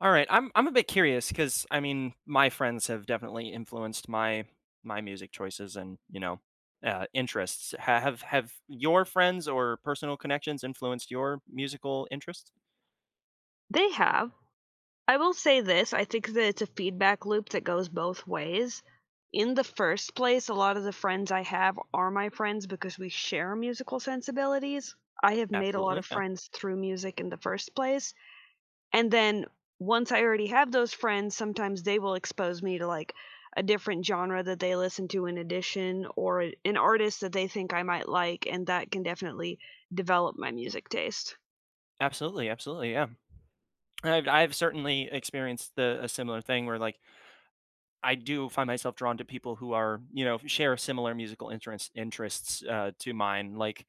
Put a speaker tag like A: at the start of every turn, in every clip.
A: All right, I'm a bit curious because I mean, my friends have definitely influenced my music choices and interests. Have your friends or personal connections influenced your musical interests?
B: They have. I will say this, I think that it's a feedback loop that goes both ways. In the first place, a lot of the friends I have are my friends because we share musical sensibilities. I have made a lot
A: Absolutely,
B: of
A: yeah,
B: friends through music in the first place, and then once I already have those friends, sometimes they will expose me to, a different genre that they listen to in addition or a an artist that they think I might like, and that can definitely develop my music taste.
A: absolutely, absolutely, yeah. I've certainly experienced the a similar thing where like I do find myself drawn to people who are share similar musical interests to mine. Like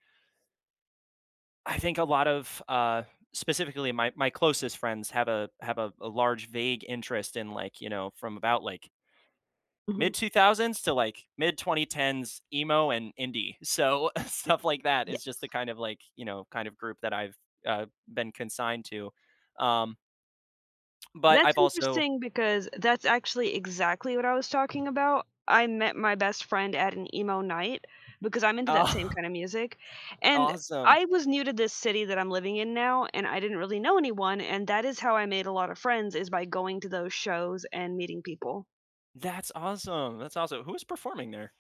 A: I think a lot of, specifically my closest friends have a large vague interest in, like, you know, from about, like,
B: Mhm.
A: mid-2000s to, like, mid-2010s emo and indie. So, stuff like that is just the kind of, like, you know, kind of group that I've, been consigned to. Um, but I've
B: That's
A: also.
B: interesting because that's actually exactly what I was talking about. I met my best friend at an emo night because I'm into that same
A: Oh,
B: kind of music. And
A: awesome.
B: I was new to this city that I'm living in now and I didn't really know anyone and that is how I made a lot of friends is by going to those shows and meeting people.
A: That's awesome. That's awesome. Who was performing there?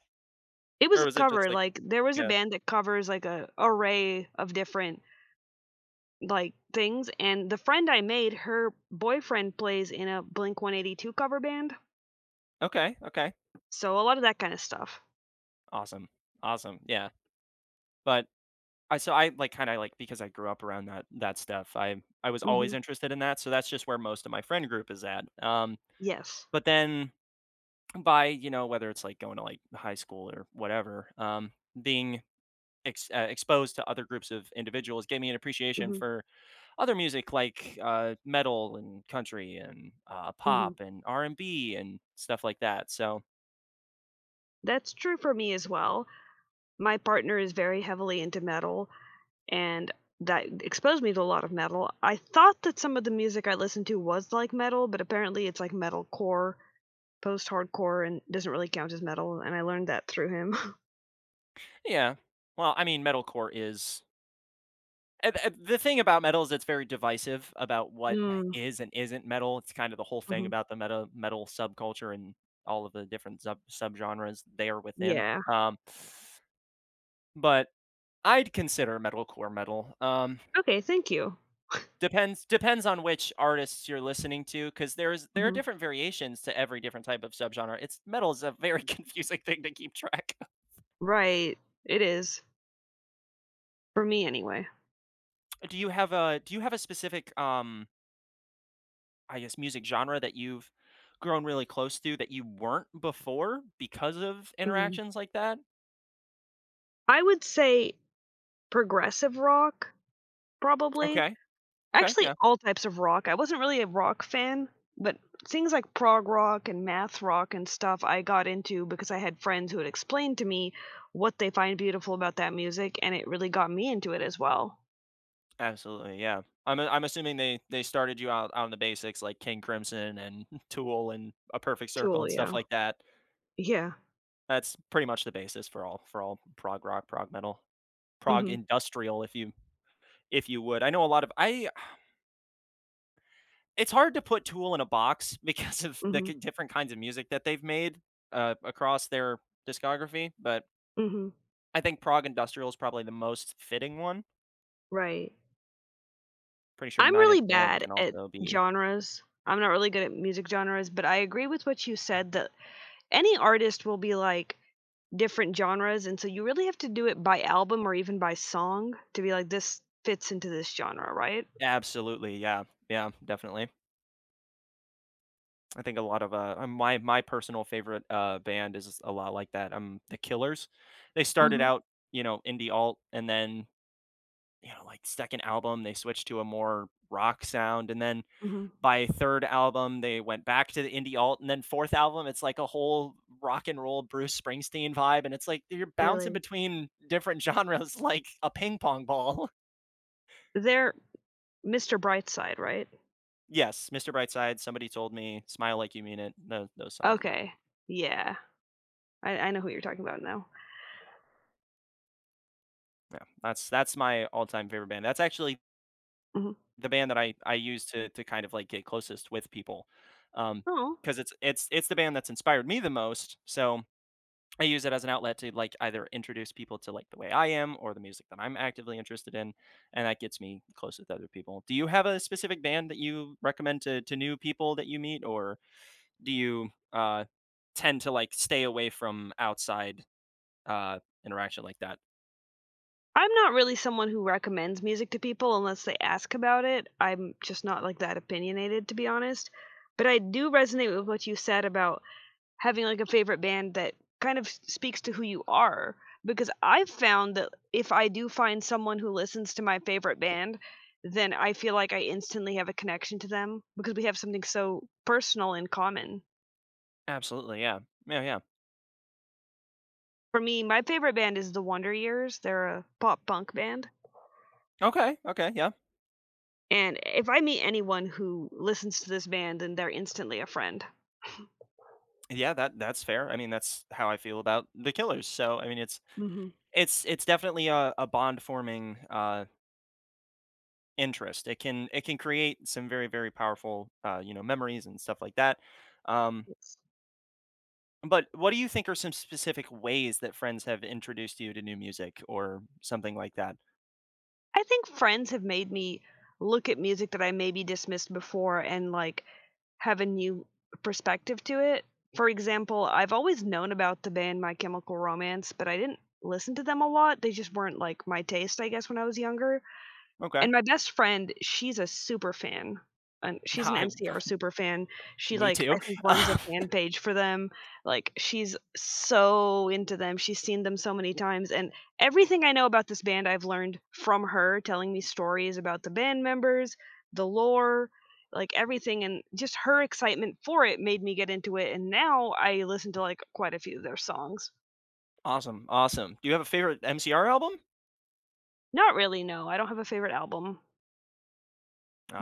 B: It was
A: Or
B: a
A: was it just
B: cover,
A: like,
B: like there was a
A: uh
B: band that covers like a array of different like things and the friend I made, her boyfriend plays in a Blink 182 cover band.
A: Okay, okay.
B: So a lot of that kind of stuff.
A: Awesome, awesome, yeah. But I so I, like, kinda, like because I grew up around that stuff, I was always
B: Mhm.
A: interested in that, so that's just where most of my friend group is at, um,
B: Yes.
A: but then by, you know, whether it's, like, going to, like, high school or whatever, being ex exposed to other groups of individuals gave me an appreciation
B: Mhm,
A: for other music like, metal and country and,
B: mhm.
A: pop and R&B and B and stuff like that, so,
B: That's true for me as well. My partner is very heavily into metal, and that exposed me to a lot of metal. I thought that some of the music I listened to was like metal, but apparently it's like metalcore, post-hardcore, and doesn't really count as metal, and I learned that through him.
A: yeah. Well, I mean, metalcore is. And, the thing about metal is it's very divisive about what
B: Mm,
A: is and isn't metal. It's kind of the whole thing
B: mhm.
A: about the metal subculture and all of the different subgenres they are within.
B: Yeah.
A: Um, but I'd consider metalcore metal. Um,
B: Okay, thank you.
A: depends depends on which artists you're listening to because there are
B: Mhm.
A: different variations to every different type of subgenre. It's metal is a very confusing thing to keep track
B: Right. It is. For me anyway.
A: of. Do you have a specific I guess, music genre that you've grown really close to that you weren't before because of
B: Mm.
A: interactions like that?
B: I would say progressive rock, probably.
A: Okay. Okay,
B: Actually,
A: yeah.
B: all types of rock. I wasn't really a rock fan, but things like prog rock and math rock and stuff I got into because I had friends who had explained to me what they find beautiful about that music, and it really got me into it as well.
A: Absolutely, yeah. I'm assuming they started you out on the basics like King Crimson and Tool and A Perfect Circle
B: Tool,
A: and stuff
B: yeah.
A: like that.
B: Yeah.
A: That's pretty much the basis for all prog rock, prog metal, prog
B: Mhm,
A: industrial if you would. I know a lot of I it's hard to put Tool in a box because of the
B: mhm,
A: k different kinds of music that they've made, across their discography, but
B: mhm,
A: I think Prague Industrial is probably the most fitting one.
B: right.
A: Pretty sure
B: I'm
A: Nine Inch
B: really
A: Nails
B: bad
A: can
B: at
A: also be.
B: genres. I'm not really good at music genres, but I agree with what you said that any artist will be like, different genres, and so you really have to do it by album or even by song to be like, "This fits into this genre," right?
A: Absolutely, yeah, yeah, definitely. I think a lot of, my personal favorite, band is a lot like that, The Killers. They started
B: Mhm,
A: out, you know, indie alt, and then, you know, like, 2nd album, they switched to a more rock sound, and then
B: mhm,
A: by third album they went back to the indie alt and then fourth album it's like a whole rock and roll Bruce Springsteen vibe and it's like you're bouncing
B: really.
A: between different genres like a ping pong ball.
B: They're Mr. Brightside, right?
A: Yes, Mr. Brightside, somebody told me, smile like you mean it, those songs, yeah.
B: Okay, yeah, I know who you're talking about now.
A: Yeah, that's my all-time favorite band. That's actually
B: Mhm.
A: the band that I use to kind of like get closest with people, um,
B: Aw.
A: because it's it's the band that's inspired me the most. So I use it as an outlet to like either introduce people to like the way I am or the music that I'm actively interested in, and that gets me close with other people. Do you have a specific band that you recommend to new people that you meet, or do you tend to like stay away from outside interaction like that?
B: I'm not really someone who recommends music to people unless they ask about it, I'm just not, like, that opinionated, to be honest, but I do resonate with what you said about having, like, a favorite band that kind of s speaks to who you are, because I've found that if I do find someone who listens to my favorite band, then I feel like I instantly have a connection to them because we have something so personal in common.
A: Absolutely, yeah, yeah, yeah.
B: For me, my favorite band is The Wonder Years, they're a pop-punk band,
A: Okay, okay, yeah,
B: and if I meet anyone who listens to this band, then they're instantly a friend.
A: yeah. That that's fair. I mean, that's how I feel about the Killers. So I mean, it's
B: Mhm.
A: it's it's definitely a bond forming, interest. It can create some very, very powerful, uh, memories and stuff like that. Um,
B: Yes.
A: but what do you think are some specific ways that friends have introduced you to new music or something like that?
B: I think friends have made me look at music that I maybe dismissed before and, have a new perspective to it. For example, I've always known about the band My Chemical Romance, but I didn't listen to them a lot. They just weren't, like, my taste, I guess, when I was younger.
A: Okay,
B: And my best friend, she's a super fan, and she's an
A: I
B: MCR super fan. She,
A: me
B: like,
A: too.
B: I think runs a fan page for them, like, she's so into them, she's seen them so many times, and everything I know about this band, I've learned from her telling me stories about the band members, the lore, like, everything, and just her excitement for it made me get into it, and now I listen to, like, quite a few of their songs.
A: Awesome, awesome. Do you have a favorite MCR album?
B: Not really, no, I don't have a favorite album.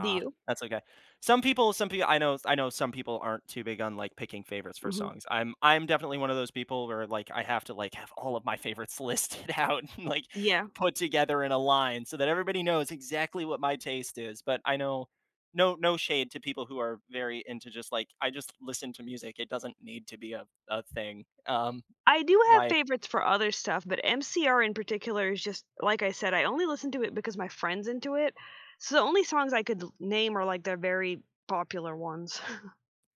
B: Do you?
A: that's okay. Some people I know some people aren't too big on, like, picking favorites for
B: Mhm.
A: songs. I'm definitely one of those people where, like, I have to, like, have all of my favorites listed out and, like,
B: Yeah.
A: put together in a line so that everybody knows exactly what my taste is, but I know no no shade to people who are very into just, like, "I just listen to music, it doesn't need to be a thing." Um,
B: I do have
A: my
B: favorites for other stuff, but MCR in particular is just like I said, I only listen to it because my friend's into it. So the only songs I could l name are, like, their very popular ones.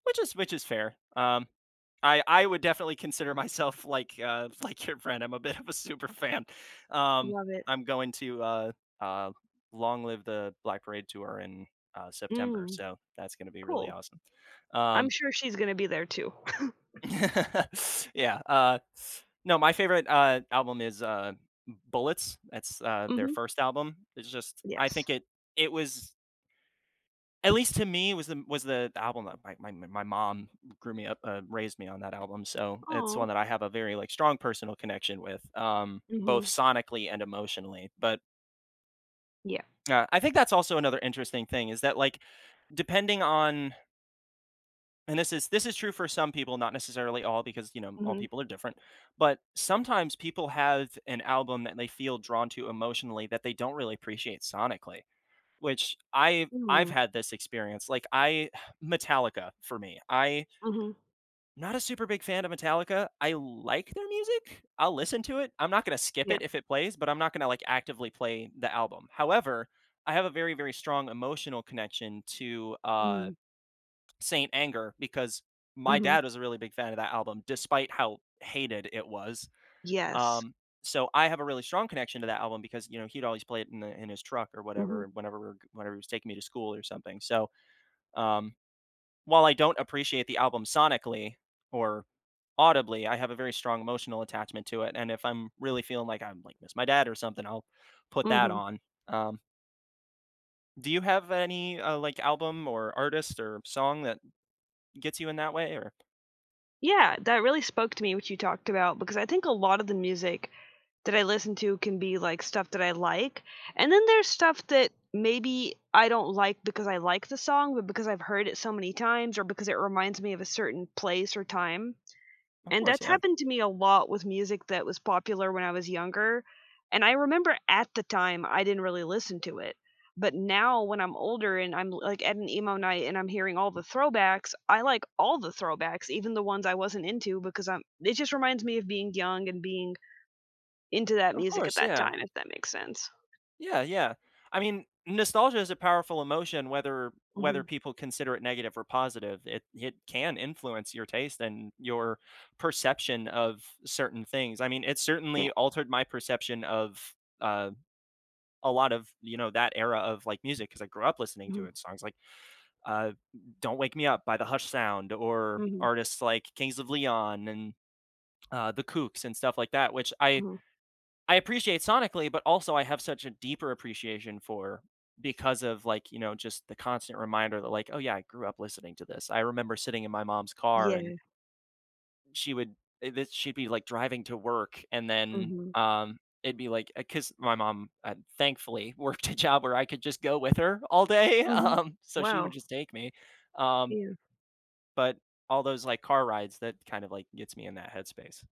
A: Which is fair. I would definitely consider myself like like your friend. I'm a bit of a super fan. Um,
B: Love it.
A: I'm going to uh long live the Black Parade tour in September,
B: Mm,
A: so that's going to be really
B: cool.
A: awesome.
B: I'm
A: Um,
B: sure she's gonna be there too.
A: yeah. No, my favorite album is Bullets. That's their
B: Mhm.
A: first album. It's just I
B: Yes.
A: think it was at least to me, was the album that my mom raised me on that album, so it's one
B: Oh.
A: that I have a very, like, strong personal connection with, both
B: Mhm.
A: sonically and emotionally, but,
B: Yeah.
A: I think that's also another interesting thing is that, like, depending on and this is true for some people, not necessarily all because, you know, all
B: Mhm.
A: people are different, but sometimes people have an album that they feel drawn to emotionally that they don't really appreciate sonically. Which I've
B: Mm.
A: had this experience. Like I Metallica for me. I'm
B: Mhm.
A: not a super big fan of Metallica. I like their music. I'll listen to it. I'm not gonna skip it
B: Yep.
A: if it plays, but I'm not gonna like actively play the album. However, I have a very, very strong emotional connection to
B: Mm.
A: Saint Anger because my
B: Mhm.
A: dad was a really big fan of that album, despite how hated it was.
B: Yes.
A: Um, so I have a really strong connection to that album because, you know, he'd always play it in the in his truck or
B: Mhm.
A: whatever whenever we were whenever he was taking me to school or something. So, um, while I don't appreciate the album sonically or audibly, I have a very strong emotional attachment to it, and if I'm really feeling like I'm like miss my dad or something, I'll put that
B: Mhm.
A: on. Um, do you have any, like, album or artist or song that gets you in that way or.
B: Yeah, that really spoke to me what you talked about because I think a lot of the music that I listen to can be like stuff that I like. And then there's stuff that maybe I don't like because I like the song, but because I've heard it so many times or because it reminds me of a certain place or time.
A: Of
B: And
A: course,
B: that's
A: yeah.
B: happened to me a lot with music that was popular when I was younger. And I remember at the time I didn't really listen to it. But now when I'm older and I'm like at an emo night and I'm hearing all the throwbacks, I like all the throwbacks, even the ones I wasn't into because I'm it just reminds me of being young and being into that
A: Of
B: music at
A: course,
B: that
A: yeah.
B: time, if that makes sense.
A: Yeah, yeah. I mean, nostalgia is a powerful emotion whether
B: Mhm.
A: people consider it negative or positive. It can influence your taste and your perception of certain things. I mean, it
B: Yeah.
A: certainly altered my perception of uh a lot of, you know, that era of like music because I grew up listening to
B: Mhm.
A: it. Songs like uh Don't Wake Me Up by the Hush Sound or
B: Mhm.
A: artists like Kings of Leon and the Kooks and stuff like that, which
B: Mhm.
A: I appreciate sonically, but also I have such a deeper appreciation for because of like, you know, just the constant reminder that like, oh yeah, I grew up listening to this. I remember sitting in my mom's car and
B: Yeah.
A: she would eh, this she'd be like driving to work and then
B: Mhm.
A: it'd be like because my mom, thankfully worked a job where I could just go with her all day.
B: Mhm.
A: Um, so she would
B: Wow.
A: just take me, um
B: Yeah.
A: but all those like car rides that kind of like gets me in that headspace,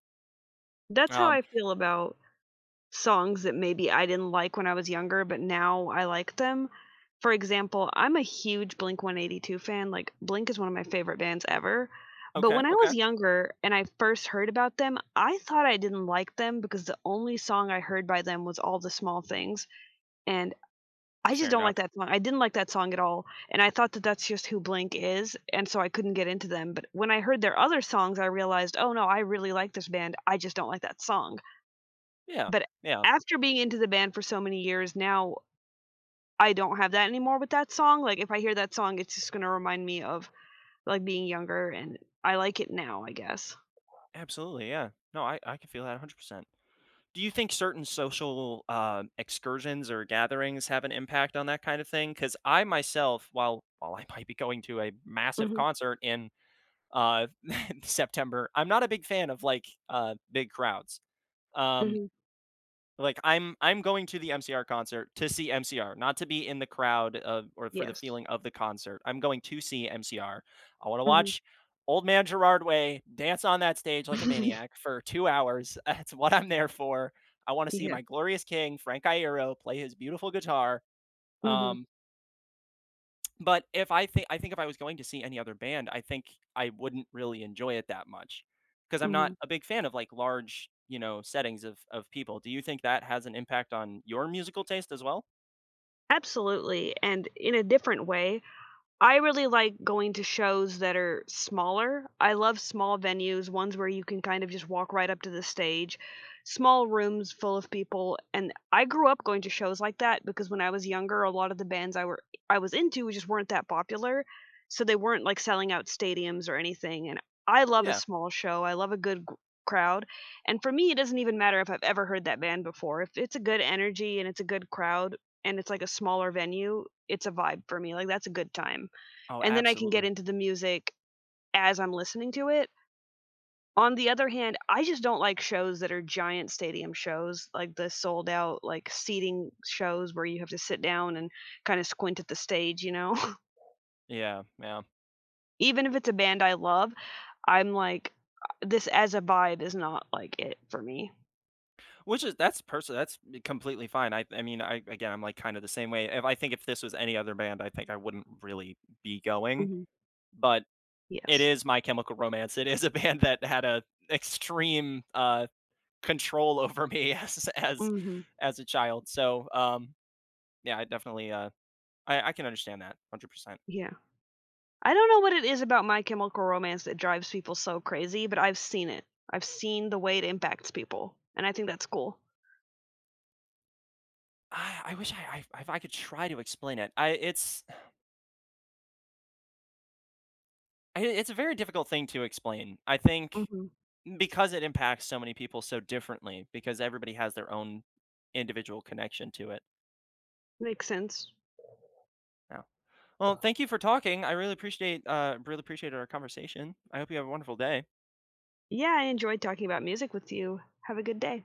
B: That's how
A: um
B: I feel about songs that maybe I didn't like when I was younger, but now I like them. For example, I'm a huge Blink-182 fan, like, Blink is one of my favorite bands ever, but
A: okay,
B: when I was
A: okay,
B: younger and I first heard about them, I thought I didn't like them because the only song I heard by them was "All the Small Things," and I just
A: fair
B: don't like
A: enough,
B: that song. I didn't like that song at all, and I thought that that's just who Blink is, and so I couldn't get into them, but when I heard their other songs, I realized, "Oh, no, I really like this band, I just don't like that song."
A: yeah,
B: But
A: yeah.
B: after being into the band for so many years, now I don't have that anymore with that song, like, if I hear that song, it's just gonna remind me of like, being younger, and I like it now, I guess.
A: Absolutely, yeah. No, I can feel that 100%. Do you think certain social, excursions or gatherings have an impact on that kind of thing? Because I myself, while I might be going to a massive
B: Mhm,
A: concert in, uh, September, I'm not a big fan of, like, big crowds. Um,
B: mhm,
A: like I'm going to the MCR concert to see MCR, not to be in the crowd of or for the
B: yes.
A: feeling of the concert. I'm going to see MCR. I want to
B: Mhm.
A: watch old man Gerard Way dance on that stage like a maniac for 2 hours. That's what I'm there for. I want to see
B: Yeah.
A: my glorious king, Frank Iero, play his beautiful guitar.
B: Mhm,
A: Um, but if I think if I was going to see any other band, I think I wouldn't really enjoy it that much, because 'cause I'm not
B: mhm.
A: a big fan of, like, large, you know, settings of people. Do you think that has an impact on your musical taste as well?
B: Absolutely, and in a different way. I really like going to shows that are smaller. I love small venues, ones where you can kind of just walk right up to the stage, small rooms full of people, and I grew up going to shows like that because when I was younger, a lot of the bands I was into just weren't that popular, so they weren't, like, selling out stadiums or anything, and I love a
A: Yeah.
B: small show, I love a good g crowd, and for me, it doesn't even matter if I've ever heard that band before. If it's a good energy and it's a good crowd and it's, like, a smaller venue, it's a vibe for me, like, that's a good time
A: Oh,
B: and then I can get
A: absolutely.
B: into the music as I'm listening to it. On the other hand, I just don't like shows that are giant stadium shows, like the sold out, like seating shows where you have to sit down and kind of squint at the stage, you know?
A: Yeah, yeah.
B: Even if it's a band I love, I'm like, this as a vibe is not like it for me.
A: Which is that's personal. That's completely fine. I mean, I again, I'm, like, kinda the same way. If I think if this was any other band, I think I wouldn't really be going,
B: Mhm.
A: but it
B: Yes.
A: is My Chemical Romance. It is a band that had a extreme, control over me as
B: Mhm.
A: as a child. So, yeah, I definitely, I can understand that 100%.
B: Yeah. I don't know what it is about My Chemical Romance that drives people so crazy, but I've seen it. I've seen the way it impacts people, and I think that's cool.
A: I wish I if I could try to explain it. I it's a very difficult thing to explain. I think
B: Mhm.
A: because it impacts so many people so differently, because everybody has their own individual connection to it.
B: Makes sense.
A: Yeah. Well, thank you for talking. I really really appreciated our conversation. I hope you have a wonderful day.
B: Yeah, I enjoyed talking about music with you. Have a good day.